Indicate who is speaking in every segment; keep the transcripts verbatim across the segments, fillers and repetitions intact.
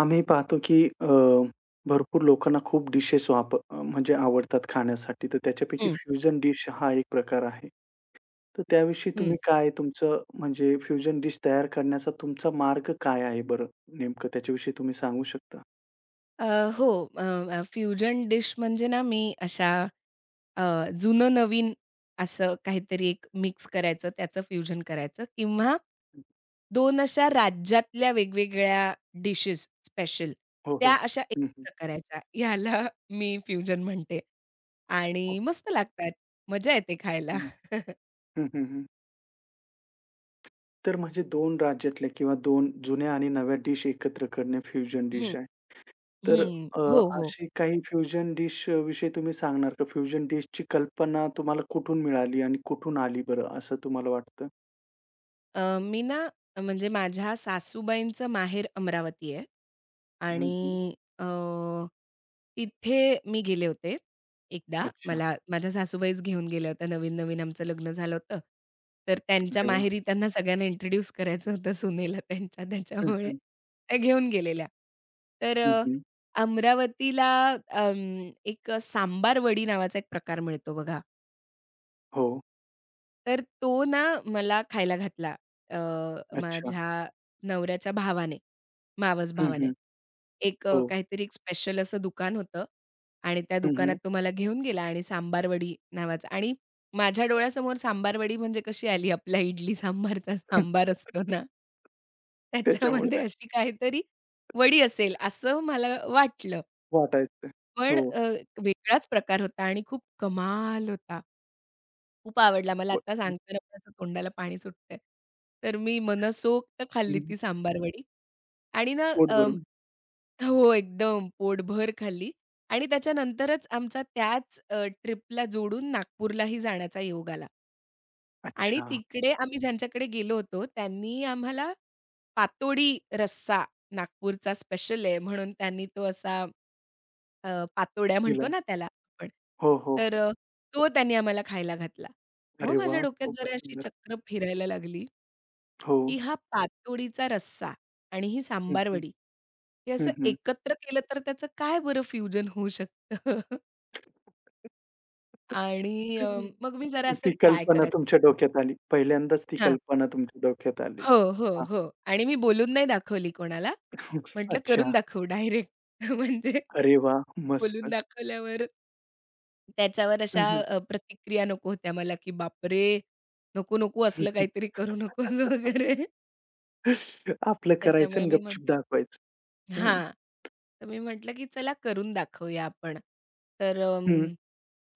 Speaker 1: आम्ही पाहतो की अ, भरपूर लोकांना खूप डिशेस वाप अ, म्हणजे आवडतात खाण्यासाठी. तर त्याच्यापैकी
Speaker 2: हं.
Speaker 1: फ्युजन डिश हा एक प्रकार आहे. तर त्याविषयी तुम्ही
Speaker 2: हं.
Speaker 1: काय तुमचं म्हणजे फ्युजन डिश तयार करण्याचा तुमचा मार्ग काय आहे बरं? नेमकं त्याच्याविषयी तुम्ही सांगू शकता?
Speaker 2: अ, हो. अ, अ, फ्युजन डिश म्हणजे ना मी अशा अ, जुनं नवीन असं काहीतरी एक मिक्स करायचं, त्याचं फ्युजन करायचं किंवा दोन अशा राज्यातल्या वेगवेगळ्या डिशेस स्पेशल
Speaker 1: हो, हो.
Speaker 2: त्या अशा
Speaker 1: हं, हं.
Speaker 2: एकत्र करायच्या. ह्याला मी फ्युजन म्हणते आणि मस्त लागतात. मजा येते खायला.
Speaker 1: हं, हं, हं, हं. तर म्हणजे दोन राज्यातल्या किंवा दोन जुन्या आणि नव्या डिश एकत्र करणे फ्युजन डिश
Speaker 2: हं,
Speaker 1: आहे. तर
Speaker 2: हं.
Speaker 1: अ,
Speaker 2: हो, हो.
Speaker 1: अशी काही फ्युजन डिश विषयी तुम्ही सांगणार का? फ्युजन डिशची कल्पना तुम्हाला कुठून मिळाली आणि कुठून आली बरं, असं तुम्हाला वाटतं?
Speaker 2: अ, मी ना म्हणजे माझ्या सासूबाईंचं माहेर अमरावती आहे
Speaker 1: हं, हं.
Speaker 2: आणि अ, तिथे मी गेले होते एकदा.
Speaker 1: अच्छा.
Speaker 2: मला माझ्या सासूबाईच घेऊन गेल्या होत्या. नवीन-नवीन आमचं लग्न झालं होतं. तर त्यांच्या
Speaker 1: अरे वाह!
Speaker 2: माहेरी त्यांना सगळ्यांना इंट्रोड्यूस करायचं होतं सुनेला त्यांच्या.
Speaker 1: हं,
Speaker 2: त्याच्यामुळे
Speaker 1: हं.
Speaker 2: त्या घेऊन गेलेल्या. तर
Speaker 1: हं,
Speaker 2: अ,
Speaker 1: हं.
Speaker 2: अमरावतीला अं, एक सांबार वडी नावाचा एक प्रकार मिळतो बघा.
Speaker 1: हो.
Speaker 2: तर तो ना मला खायला घातला अ,
Speaker 1: अच्छा.
Speaker 2: माझ्या नवऱ्याच्या भावाने, मावस
Speaker 1: हं,
Speaker 2: भावाने.
Speaker 1: हं.
Speaker 2: एक अ,
Speaker 1: हो.
Speaker 2: काहीतरी एक स्पेशल असं दुकान होतं आणि त्या
Speaker 1: हं, हं.
Speaker 2: दुकानात तो मला घेऊन गेला आणि सांबारवडी नावाचं आणि माझ्या डोळ्यासमोर सांबारवडी म्हणजे कशी आली आपला इडली सांबारचा सांबार असतो ना, त्याच्यामध्ये
Speaker 1: त्याच्यामुळे
Speaker 2: अशी काहीतरी वडी असेल असं मला वाटलं.
Speaker 1: वाटायचं.
Speaker 2: पण
Speaker 1: हो.
Speaker 2: अ, वेगळाच प्रकार होता आणि खूप कमाल होता. खूप आवडला. मला
Speaker 1: व
Speaker 2: आता सांगताना पण असं तोंडाला पाणी सुटतंय. तर मी मनसोक्त
Speaker 1: हं,
Speaker 2: खाल्ली
Speaker 1: हं.
Speaker 2: ती सांबार वडी आणि ना
Speaker 1: पोट
Speaker 2: अ,
Speaker 1: भरून.
Speaker 2: हो, एकदम पोटभर खाल्ली आणि त्याच्यानंतरच आमचा त्याच अ, ट्रिपला जोडून नागपूरलाही जाण्याचा योग आला आणि
Speaker 1: अच्छा.
Speaker 2: तिकडे आम्ही ज्यांच्याकडे गेलो होतो त्यांनी आम्हाला पातोडी रस्सा नागपूरचा स्पेशल आहे म्हणून त्यांनी तो असा अ, पातोड्या
Speaker 1: दिला.
Speaker 2: म्हणतो ना त्याला आपण.
Speaker 1: हो, हो,
Speaker 2: तर
Speaker 1: हो.
Speaker 2: अ, तो त्याने आम्हाला खायला घातला.
Speaker 1: अरे
Speaker 2: मग
Speaker 1: वाह!
Speaker 2: माझ्या डोक्यात
Speaker 1: खूपच
Speaker 2: जरा अशी
Speaker 1: सुंदर.
Speaker 2: चक्र फिरायला लागली,
Speaker 1: हो.
Speaker 2: की हा पातोडीचा रस्सा आणि ही
Speaker 1: हं,
Speaker 2: सांबार
Speaker 1: हं.
Speaker 2: वडी हे असं
Speaker 1: हं,
Speaker 2: एकत्र केलं तर त्याचं काय बरं फ्युजन होऊ शकतं? आणि अ, मग
Speaker 1: हं.
Speaker 2: मी जरा असं
Speaker 1: ती
Speaker 2: ट्राय
Speaker 1: कल्पना
Speaker 2: करायचं
Speaker 1: तुमच्या
Speaker 2: ठरवलं.
Speaker 1: डोक्यात आली. पहिल्यांदाच ती
Speaker 2: हां.
Speaker 1: कल्पना तुमच्या डोक्यात आली.
Speaker 2: हो, हो,
Speaker 1: हां.
Speaker 2: हो. आणि मी बोलून नाही दाखवली कोणाला. म्हटलं
Speaker 1: अच्छा.
Speaker 2: करून दाखवू डायरेक्ट म्हणजे
Speaker 1: अरे वा
Speaker 2: बोलून
Speaker 1: मस्त.
Speaker 2: दाखवल्यावर त्याच्यावर
Speaker 1: हं,
Speaker 2: अशा
Speaker 1: हं.
Speaker 2: अ, प्रतिक्रिया नको होत्या मला, की "बापरे! नको, नको असलं काहीतरी करू नकोस" वगैरे.
Speaker 1: आपलं करायचं
Speaker 2: त्याच्यामुळे
Speaker 1: आणि
Speaker 2: मी
Speaker 1: गपचूप
Speaker 2: म्हटलं
Speaker 1: दाखवायचं. हं,
Speaker 2: हां. तर मी म्हटलं, की "चला करून दाखवूया आपण." तर अं,
Speaker 1: हं.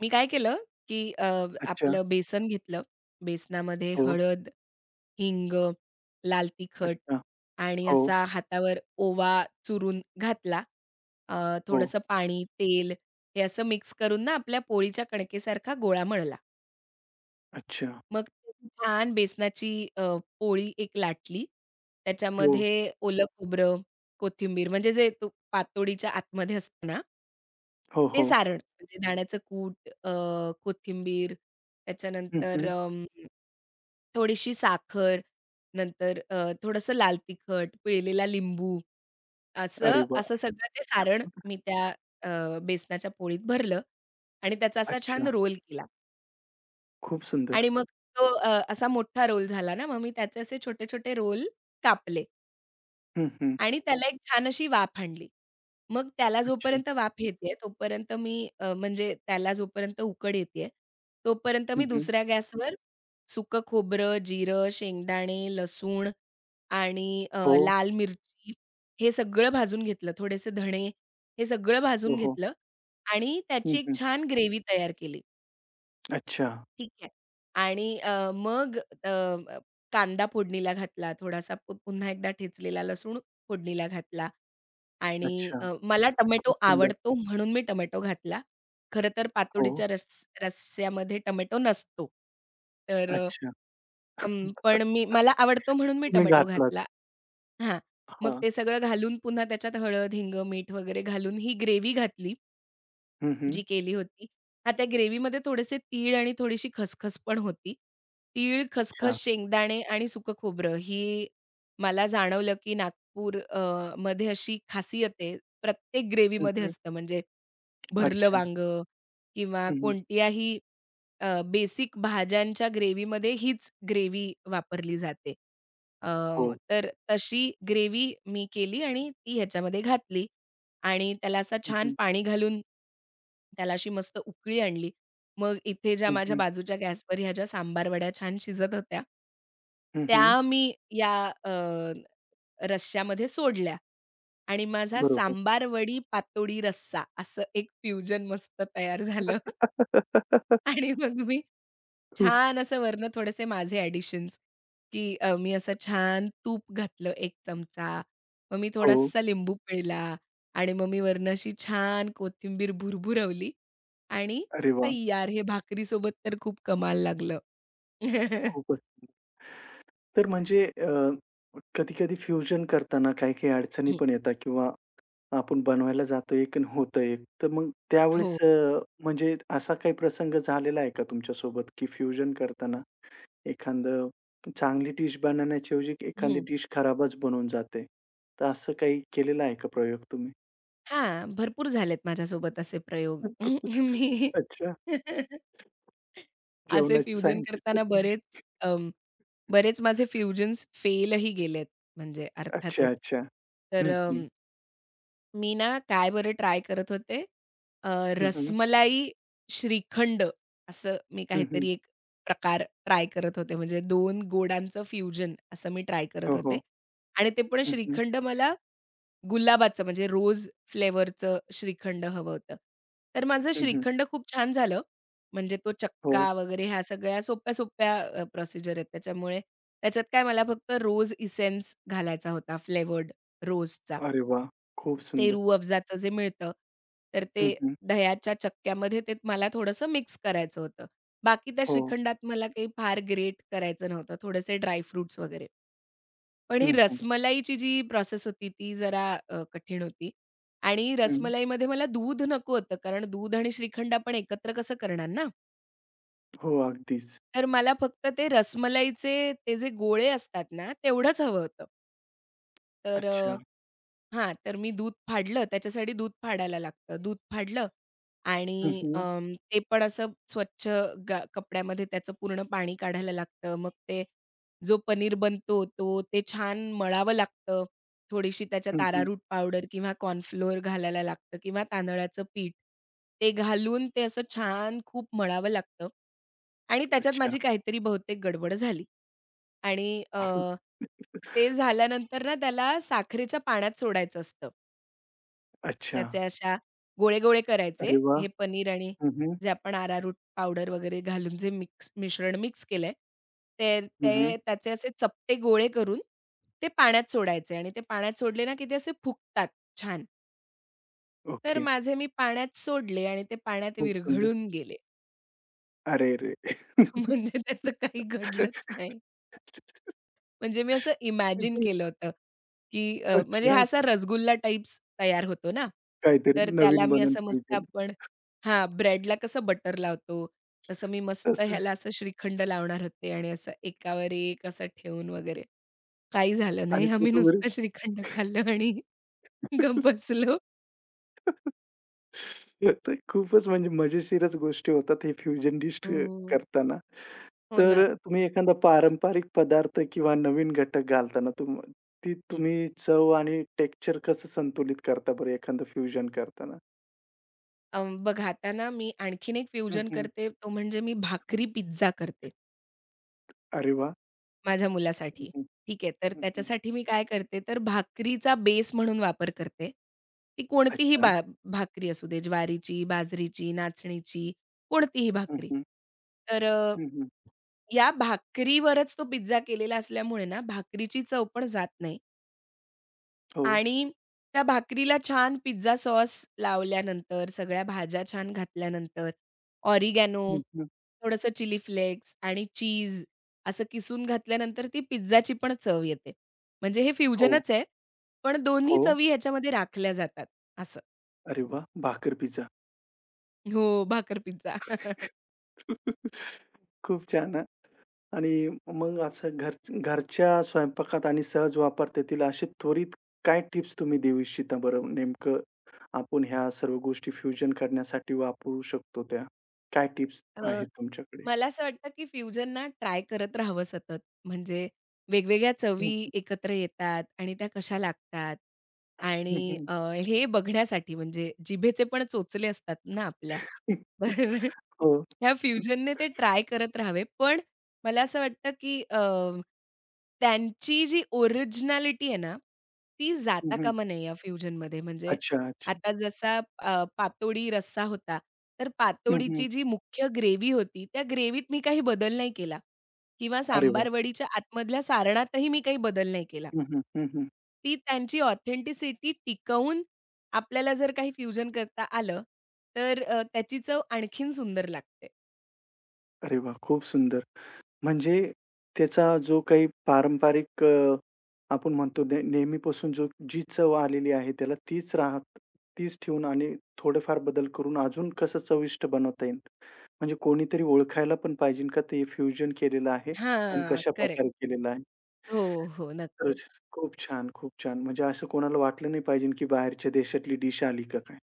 Speaker 2: मी काय केलं, की अ,
Speaker 1: अच्छा.
Speaker 2: आपलं बेसन घेतलं. बेसनामध्ये
Speaker 1: हो.
Speaker 2: हळद, हिंग, लाल तिखट
Speaker 1: अच्छा.
Speaker 2: आणि
Speaker 1: हो,
Speaker 2: असा हातावर ओवा चुरून घातला. अ,
Speaker 1: हो.
Speaker 2: थोडंसं पाणी, तेल हे असं मिक्स करून ना आपल्या पोळीच्या कणकेसारखा गोळा मळला.
Speaker 1: अच्छा.
Speaker 2: मग त्याची छान बेसनाची अ, पोळी एक लाटली.
Speaker 1: हो,
Speaker 2: त्याच्यामध्ये ओलं खोबरं, कोथिंबीर म्हणजे जे तो पातोडीच्या आतमध्ये असतं ना
Speaker 1: हो,
Speaker 2: ते
Speaker 1: हो.
Speaker 2: सारण म्हणजे दाण्याचं कूट, अ, कोथिंबीर,
Speaker 1: हं,
Speaker 2: त्याच्यानंतर
Speaker 1: हं.
Speaker 2: अं, थोडीशी साखर, नंतर अ, थोडंसं लाल तिखट, पिळलेला लिंबू
Speaker 1: अरे
Speaker 2: असं
Speaker 1: वा.
Speaker 2: असं सगळं ते सारण मी त्या अ, बेसनाच्या पोळीत भरलं आणि त्याचा असा छान
Speaker 1: अच्छा.
Speaker 2: रोल केला.
Speaker 1: खूप सुंदर.
Speaker 2: आणि मग तो अ, असा मोठा रोल झाला ना, मग मी त्याचे असे छोटे-छोटे रोल कापले
Speaker 1: हं, हं.
Speaker 2: आणि त्याला एक छान अशी वाफ आणली. मग त्याला
Speaker 1: अच्छा.
Speaker 2: जोपर्यंत वाफ येतेय, तोपर्यंत मी अ, म्हणजे त्याला जोपर्यंत उकड येतेय, तोपर्यंत
Speaker 1: हं,
Speaker 2: मी
Speaker 1: हं.
Speaker 2: दुसऱ्या गॅसवर सुकं खोबरं, जिरं, शेंगदाणे, लसूण आणि अ,
Speaker 1: हो,
Speaker 2: लाल मिरची हे सगळं भाजून घेतलं. थोडेसे धणे हे सगळं
Speaker 1: हो,
Speaker 2: भाजून
Speaker 1: हो.
Speaker 2: घेतलं आणि
Speaker 1: हं,
Speaker 2: त्याची एक
Speaker 1: हं.
Speaker 2: छान ग्रेव्ही तयार केली.
Speaker 1: अच्छा,
Speaker 2: ठीक आहे. आणि अ, मग अ, अ, कांदा फोडणीला घातला, थोडासा पु पुन्हा एकदा ठेचलेला लसूण फोडणीला घातला आणि
Speaker 1: अच्छा.
Speaker 2: अ, मला टोमॅटो
Speaker 1: खूप सुंदर.
Speaker 2: आवडतो म्हणून मी टोमॅटो घातला. खरं तर
Speaker 1: हो.
Speaker 2: पातोडीच्या रस रस्स्यामध्ये टोमॅटो नसतो. तर अ,
Speaker 1: अच्छा.
Speaker 2: अं, पण मी मला आवडतो म्हणून मी
Speaker 1: तुम्ही
Speaker 2: टोमॅटो
Speaker 1: घातलात.
Speaker 2: घातला. हां. मग
Speaker 1: हां.
Speaker 2: ते सगळं घालून पुन्हा त्याच्यात हळद, हिंग, मीठ वगैरे घालून ही ग्रेव्ही घातली.
Speaker 1: हं, हं.
Speaker 2: जी केली होती. हां, त्या ग्रेव्हीमध्ये थोडेसे तीळ आणि थोडीशी खसखस पण होती. तीळ,
Speaker 1: अच्छा.
Speaker 2: खसखस, शेंगदाणे आणि सुकं खोबरं ही मला जाणवलं, की नागपूर अ, मध्ये अशी खासियत आहे. प्रत्येक
Speaker 1: हं,
Speaker 2: ग्रेव्हीमध्ये
Speaker 1: हं.
Speaker 2: असतं म्हणजे भरलं
Speaker 1: अच्छा.
Speaker 2: वांगं किंवा
Speaker 1: हं, हं.
Speaker 2: कोणत्याही अ, बेसिक भाज्यांच्या ग्रेव्हीमध्ये हीच ग्रेव्ही वापरली जाते. अ,
Speaker 1: हो.
Speaker 2: तर तशी ग्रेव्ही मी केली आणि ती ह्याच्यामध्ये घातली. आणि त्याला असं
Speaker 1: हं,
Speaker 2: छान
Speaker 1: हं.
Speaker 2: पाणी घालून त्याला अशी मस्त उकळी आणली. मग इथे ज्या
Speaker 1: हं,
Speaker 2: माझ्या
Speaker 1: हं.
Speaker 2: बाजूच्या गॅसवर ह्या ज्या सांबार वड्या छान शिजत होत्या,
Speaker 1: हं, हं.
Speaker 2: त्या मी या अ, रश्श्यामध्ये सोडल्या आणि माझा
Speaker 1: बरोबर.
Speaker 2: सांबार वडी पातोडी रस्सा असं एक फ्युजन मस्त तयार झालं आणि मग मी
Speaker 1: खूप
Speaker 2: छान असं वरनं थोडेसे माझे ॲडिशन्स, की अ, मी असं छान तूप घातलं एक चमचा, मग मी
Speaker 1: हो.
Speaker 2: थोडासा लिंबू पिळला आणि मग मी वरनं अशी छान कोथिंबीर भुरभुरवली आणि
Speaker 1: अरे वाह!
Speaker 2: तय्यार. हे भाकरीसोबत तर खूप कमाल लागलं.
Speaker 1: खूपच सुंदर. तर म्हणजे अ, कधी-कधी फ्युजन करताना काही-काही अडचणी
Speaker 2: हं,
Speaker 1: पण येतात किंवा आपण बनवायला जातो एक आणि होतं एक. तर मग त्यावेळेस
Speaker 2: हो.
Speaker 1: अ, म्हणजे असा काही प्रसंग झालेला आहे का तुमच्या सोबत, की फ्युजन करताना एखादं चांगली डिश बनवण्याच्या ऐवजी एखादी
Speaker 2: हं.
Speaker 1: डिश खराबच बनून जाते. तर असं काही केलेलं आहे का प्रयोग तुम्ही?
Speaker 2: हां, भरपूर झालेत माझ्यासोबत असे प्रयोग. मी
Speaker 1: अच्छा,
Speaker 2: असे
Speaker 1: जेवणाचे
Speaker 2: फ्युजन
Speaker 1: सायंटिस्ट आहे
Speaker 2: करताना बरेच
Speaker 1: तुम्ही.
Speaker 2: अं, बरेच माझे फ्युजन्स फेलही गेलेत म्हणजे
Speaker 1: अच्छा,
Speaker 2: अर्थातच.
Speaker 1: अच्छा.
Speaker 2: तर
Speaker 1: हं, हं.
Speaker 2: अं, मी ना काय बरं ट्राय करत होते अ,
Speaker 1: हं, हं.
Speaker 2: रसमलाई श्रीखंड असं मी
Speaker 1: हं, हं.
Speaker 2: काहीतरी एक प्रकार ट्राय करत होते. म्हणजे दोन गोडांचं फ्युजन असं मी ट्राय
Speaker 1: हो,
Speaker 2: करत
Speaker 1: हो.
Speaker 2: होते आणि ते पण
Speaker 1: हं, हं.
Speaker 2: श्रीखंड मला गुलाबाचं म्हणजे रोज फ्लेवरचं श्रीखंड हवं होतं. तर माझं
Speaker 1: हं, हं.
Speaker 2: श्रीखंड खूप छान झालं. म्हणजे तो
Speaker 1: हो.
Speaker 2: चक्का वगैरे ह्या सगळ्या सोप्या-सोप्या प्रोसिजर आहेत. त्याच्यामुळे त्याच्यात काय मला फक्त रोज इसेन्स घालायचा होता फ्लेवर्ड रोजचा.
Speaker 1: अरे वाह! खूप
Speaker 2: ते
Speaker 1: सुंदर.
Speaker 2: रूह अफजाचं जे मिळतं. तर ते
Speaker 1: हं, हं.
Speaker 2: दह्याच्या चक्क्यामध्ये ते मला थोडंसं मिक्स करायचं होतं. बाकी त्या
Speaker 1: हो.
Speaker 2: श्रीखंडात मला काही फार ग्रेट करायचं नव्हतं. थोडेसे ड्राय वगैरे. पण
Speaker 1: हं,
Speaker 2: ही
Speaker 1: हं.
Speaker 2: रसमलाईची जी प्रोसेस होती ती जरा अ, कठीण होती आणि
Speaker 1: हं.
Speaker 2: रसमलाईमध्ये मला दूध नको होतं कारण दूध आणि श्रीखंड आपण एकत्र कसं करणार ना?
Speaker 1: हो, अगदीच.
Speaker 2: तर मला फक्त ते रसमलाईचे ते जे गोळे असतात ना, तेवढंच हवं होतं. तर अ,
Speaker 1: अच्छा.
Speaker 2: हां, तर मी दूध फाडलं त्याच्यासाठी दूध फाडायला लागतं. दूध फाडलं
Speaker 1: हं,
Speaker 2: आणि
Speaker 1: हं.
Speaker 2: अं, ते पण असं स्वच्छ गा कपड्यामध्ये त्याचं पूर्ण पाणी काढायला लागतं. मग ते जो पनीर बनतो तो ते छान मळावं लागतं. थोडीशी त्याच्यात
Speaker 1: हं, हं.
Speaker 2: अरारूट पावडर किंवा कॉर्नफ्लोअर घालायला लागतं किंवा तांदळाचं पीठ. ते घालून ते असं छान खूप मळावं लागतं आणि त्याच्यात
Speaker 1: अच्छा,
Speaker 2: माझी काहीतरी बहुतेक गडबड झाली आणि अ, ते झाल्यानंतर ना त्याला साखरेच्या पाण्यात सोडायचं असतं.
Speaker 1: अच्छा.
Speaker 2: त्याचे अशा गोळे-गोळे
Speaker 1: अरे
Speaker 2: करायचे.
Speaker 1: वाह!
Speaker 2: हे पनीर आणि
Speaker 1: हं, हं.
Speaker 2: जे आपण अरारूट पावडर वगैरे घालून जे मिक्स मिश्रण मिक्स केलंय, ते
Speaker 1: हं,
Speaker 2: ते त्याचे असे चपटे गोळे करून ते पाण्यात सोडायचे आणि ते पाण्यात सोडले ना, की ते असे फुगतात छान. तर
Speaker 1: ओके.
Speaker 2: माझे मी पाण्यात सोडले आणि ते पाण्यात
Speaker 1: खूप सुंदर.
Speaker 2: विरघळून गेले.
Speaker 1: अरेरे!
Speaker 2: म्हणजे त्याचं काही घडलंच नाही. म्हणजे मी असं इमॅजिन
Speaker 1: म्हणजे
Speaker 2: केलं होतं, की अ, म्हणजे
Speaker 1: अच्छा,
Speaker 2: हा असा रसगुल्ला टाइप्स तयार होतो ना,
Speaker 1: काहीतरी
Speaker 2: तर त्याला
Speaker 1: नवीन
Speaker 2: मी
Speaker 1: बनन
Speaker 2: असं मस्त
Speaker 1: फ्युजन
Speaker 2: आपण हां, ब्रेडला कसं बटर लावतो, तसं मी मस्त
Speaker 1: तसं
Speaker 2: ह्याला असं श्रीखंड लावणार होते आणि असं एकावर एक असं ठेवून वगैरे. काही झालं
Speaker 1: आणि
Speaker 2: नाही.
Speaker 1: तो
Speaker 2: आम्ही
Speaker 1: तो बरं.
Speaker 2: नुसतं श्रीखंड खाल्लं आणि गप्प बसलो.
Speaker 1: तर खूपच म्हणजे मजेशीरच गोष्टी होतात हे फ्युजन डिश
Speaker 2: हो.
Speaker 1: करताना.
Speaker 2: हो
Speaker 1: तर
Speaker 2: ना.
Speaker 1: तुम्ही एखादा पारंपरिक पदार्थ किंवा नवीन घटक घालताना तुम ती
Speaker 2: हं.
Speaker 1: तुम्ही चव आणि टेक्स्चर कसं संतुलित करता बरं एखादं फ्युजन करताना?
Speaker 2: अ, बघा आता ना मी आणखीन एक
Speaker 1: हं,
Speaker 2: फ्युजन
Speaker 1: हं.
Speaker 2: करते, तो म्हणजे मी भाकरी पिझ्झा करते.
Speaker 1: अरे वाह!
Speaker 2: माझ्या
Speaker 1: हं,
Speaker 2: मुलासाठी.
Speaker 1: हं.
Speaker 2: ठीक आहे. तर
Speaker 1: हं,
Speaker 2: त्याच्यासाठी मी काय करते, तर भाकरीचा बेस म्हणून वापर करते. ती कोणतीही
Speaker 1: अच्छा.
Speaker 2: बा भाकरी असू दे, ज्वारीची, बाजरीची, नाचणीची, कोणतीही
Speaker 1: हं,
Speaker 2: भाकरी.
Speaker 1: हं.
Speaker 2: तर अ,
Speaker 1: हं, हं.
Speaker 2: या भाकरीवरच तो पिझ्झा केलेला असल्यामुळे ना, भाकरीची चव पण जात नाही.
Speaker 1: हो.
Speaker 2: आणि त्या भाकरीला छान पिझ्झा सॉस लावल्यानंतर, सगळ्या भाज्या छान घातल्यानंतर, ऑरिगॅनो,
Speaker 1: हं, हं.
Speaker 2: थोडंसं चिली फ्लेक्स आणि चीज असं किसून घातल्यानंतर ती पिझ्झाची पण चव येते. म्हणजे हे
Speaker 1: हो,
Speaker 2: फ्युजनच आहे, पण दोन्ही
Speaker 1: हो.
Speaker 2: चवी ह्याच्यामध्ये राखल्या जातात असं.
Speaker 1: अरे वाह! भाकर पिझ्झा.
Speaker 2: हो, भाकर पिझ्झा.
Speaker 1: खूप छान आणि मग असं घर घरच्या स्वयंपाकात आणि सहज वापरता येतील अशी त्वरित काय टिप्स तुम्ही देऊ इच्छिता बरं? नेमकं आपण ह्या सर्व गोष्टी फ्युजन करण्यासाठी वापरू शकतो त्या. काय टिप्स
Speaker 2: अ,
Speaker 1: आहेत तुमच्याकडे?
Speaker 2: मला असं वाटतं, की फ्युजन ना ट्राय करत राहावं सतत. म्हणजे वेगवेगळ्या
Speaker 1: हं,
Speaker 2: चवी
Speaker 1: हं.
Speaker 2: एकत्र येतात आणि त्या कशा लागतात
Speaker 1: हं,
Speaker 2: आणि
Speaker 1: हं.
Speaker 2: अ, हे बघण्यासाठी म्हणजे जिभेचे पण चोचले असतात ना आपल्या. तर
Speaker 1: हो.
Speaker 2: ह्या फ्युजनने ते ट्राय करत राहावे. पण मला असं वाटतं, की अ, त्यांची जी ओरिजिनॅलिटी आहे ना, ती
Speaker 1: हं,
Speaker 2: जाता
Speaker 1: हं.
Speaker 2: कामा नये या फ्युजनमध्ये. म्हणजे
Speaker 1: अच्छा, अच्छा.
Speaker 2: आता जसा अ, पातोडी रस्सा होता, तर
Speaker 1: हं, हं.
Speaker 2: पातोडीची जी मुख्य ग्रेव्ही होती, त्या ग्रेव्हीत मी काही बदल नाही केला किंवा
Speaker 1: अरे वाह!
Speaker 2: सांबार वडीच्या आतमधल्या सारणातही मी काही बदल नाही केला.
Speaker 1: हं, हं. हं, हं.
Speaker 2: ती त्यांची ऑथेंटिसिटी टिकवून आपल्याला जर काही फ्युजन करता आलं, तर अ, त्याची चव आणखीन सुंदर लागते.
Speaker 1: अरे वाह! खूप सुंदर. म्हणजे त्याचा जो काही पारंपरिक अ आपण म्हणतो ने नेहमीपासून जो जी चव आलेली आहे त्याला तीच राहत तीच ठेवून आणि थोडेफार बदल करून अजून कसं चविष्ट बनवता येईल. म्हणजे कोणीतरी ओळखायला पण पाहिजे का ते फ्युजन केलेलं आहे आणि
Speaker 2: हां, करेक्ट.
Speaker 1: कशाप्रकारे केलेलं आहे.
Speaker 2: हो, हो,
Speaker 1: तर
Speaker 2: नक्कीच.
Speaker 1: खूप छान, खूप छान. म्हणजे असं कोणाला वाटलं नाही पाहिजे की बाहेरच्या देशातली डिश आली का काय?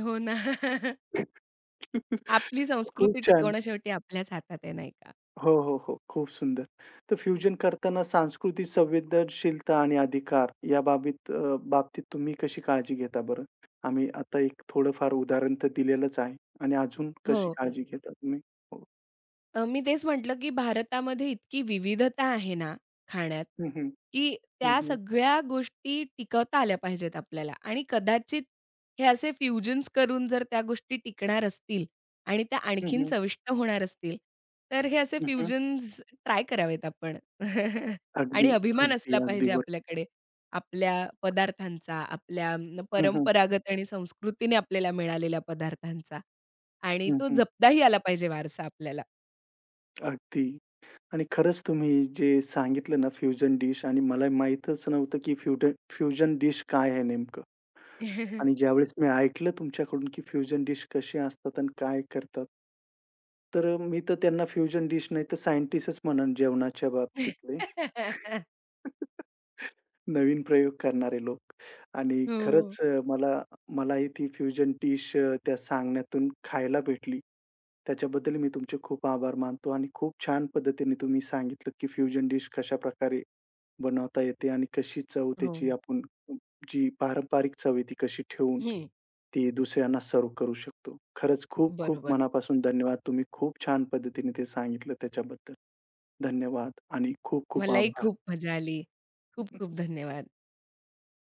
Speaker 2: हो ना. आपली
Speaker 1: खूप
Speaker 2: संस्कृती
Speaker 1: छान.
Speaker 2: टिकवणं शेवटी आपल्याच हातात आहे, नाही का?
Speaker 1: हो, हो, हो. खूप सुंदर. तर फ्युजन करताना सांस्कृतिक संवेदनशीलता आणि अधिकार या बाबीत अ, बाबतीत तुम्ही कशी काळजी घेता बरं? आम्ही आता एक थोडंफार उदाहरण तर दिलेलंच आहे आणि अजून
Speaker 2: हो.
Speaker 1: कशी काळजी घेता तुम्ही? हो.
Speaker 2: अ, मी तेच म्हटलं, की भारतामध्ये इतकी विविधता आहे ना खाण्यात,
Speaker 1: हं, हं.
Speaker 2: की
Speaker 1: हं,
Speaker 2: त्या
Speaker 1: हं.
Speaker 2: सगळ्या गोष्टी टिकवता आल्या पाहिजेत आपल्याला आणि कदाचित हे असे फ्युजन्स करून जर त्या गोष्टी टिकणार असतील आणि त्या
Speaker 1: हं,
Speaker 2: आणखीन
Speaker 1: हं.
Speaker 2: चविष्ट होणार असतील, तर हे असे फ्युजन्स ट्राय करावेत आपण.
Speaker 1: अगदी,
Speaker 2: आणि अभिमान असला
Speaker 1: अगदी, अगदी
Speaker 2: पाहिजे
Speaker 1: बरोबर.
Speaker 2: आपल्याकडे, आपल्या पदार्थांचा, आपल्या अं,
Speaker 1: हं, हं.
Speaker 2: परंपरागत आणि संस्कृतीने आपल्याला मिळालेल्या पदार्थांचा आणि
Speaker 1: हं,
Speaker 2: तो
Speaker 1: हं.
Speaker 2: जपताही आला पाहिजे वारसा आपल्याला.
Speaker 1: अगदी आणि खरंच तुम्ही जे सांगितलं ना फ्युजन डिश आणि मला माहीतच नव्हतं की फ्युडन फ्युजन डिश काय आहे नेमकं? आणि ज्यावेळेस मी ऐकलं तुमच्याकडून, की फ्युजन डिश कसे असतात आणि काय करतात. तर मी तर त्यांना फ्युजन डिश नाही तर सायंटिस्टच म्हणेन जेवणाच्या बाबतीतले. नवीन प्रयोग करणारे लोक आणि खरंच
Speaker 2: हो.
Speaker 1: अ, मला मलाही ती फ्युजन डिश अ, त्या सांगण्यातून खायला भेटली. त्याच्याबद्दल मी तुमचे खूप आभार मानतो आणि खूप छान पद्धतीने तुम्ही सांगितलंत, की फ्युजन डिश कशाप्रकारे बनवता येते आणि कशी चव
Speaker 2: हो.
Speaker 1: त्याची आपण जी पारंपरिक चव आहे ती कशी ठेवून,
Speaker 2: हं.
Speaker 1: ती दुसऱ्यांना सर्व्ह करू शकतो. खरंच खूप-खूप
Speaker 2: बरोबर.
Speaker 1: मनापासून धन्यवाद. तुम्ही खूप छान पद्धतीने ते सांगितलं त्याच्याबद्दल. धन्यवाद आणि खूप-खूप
Speaker 2: मलाही
Speaker 1: आभार.
Speaker 2: खूप मजा आली. खूप-खूप धन्यवाद.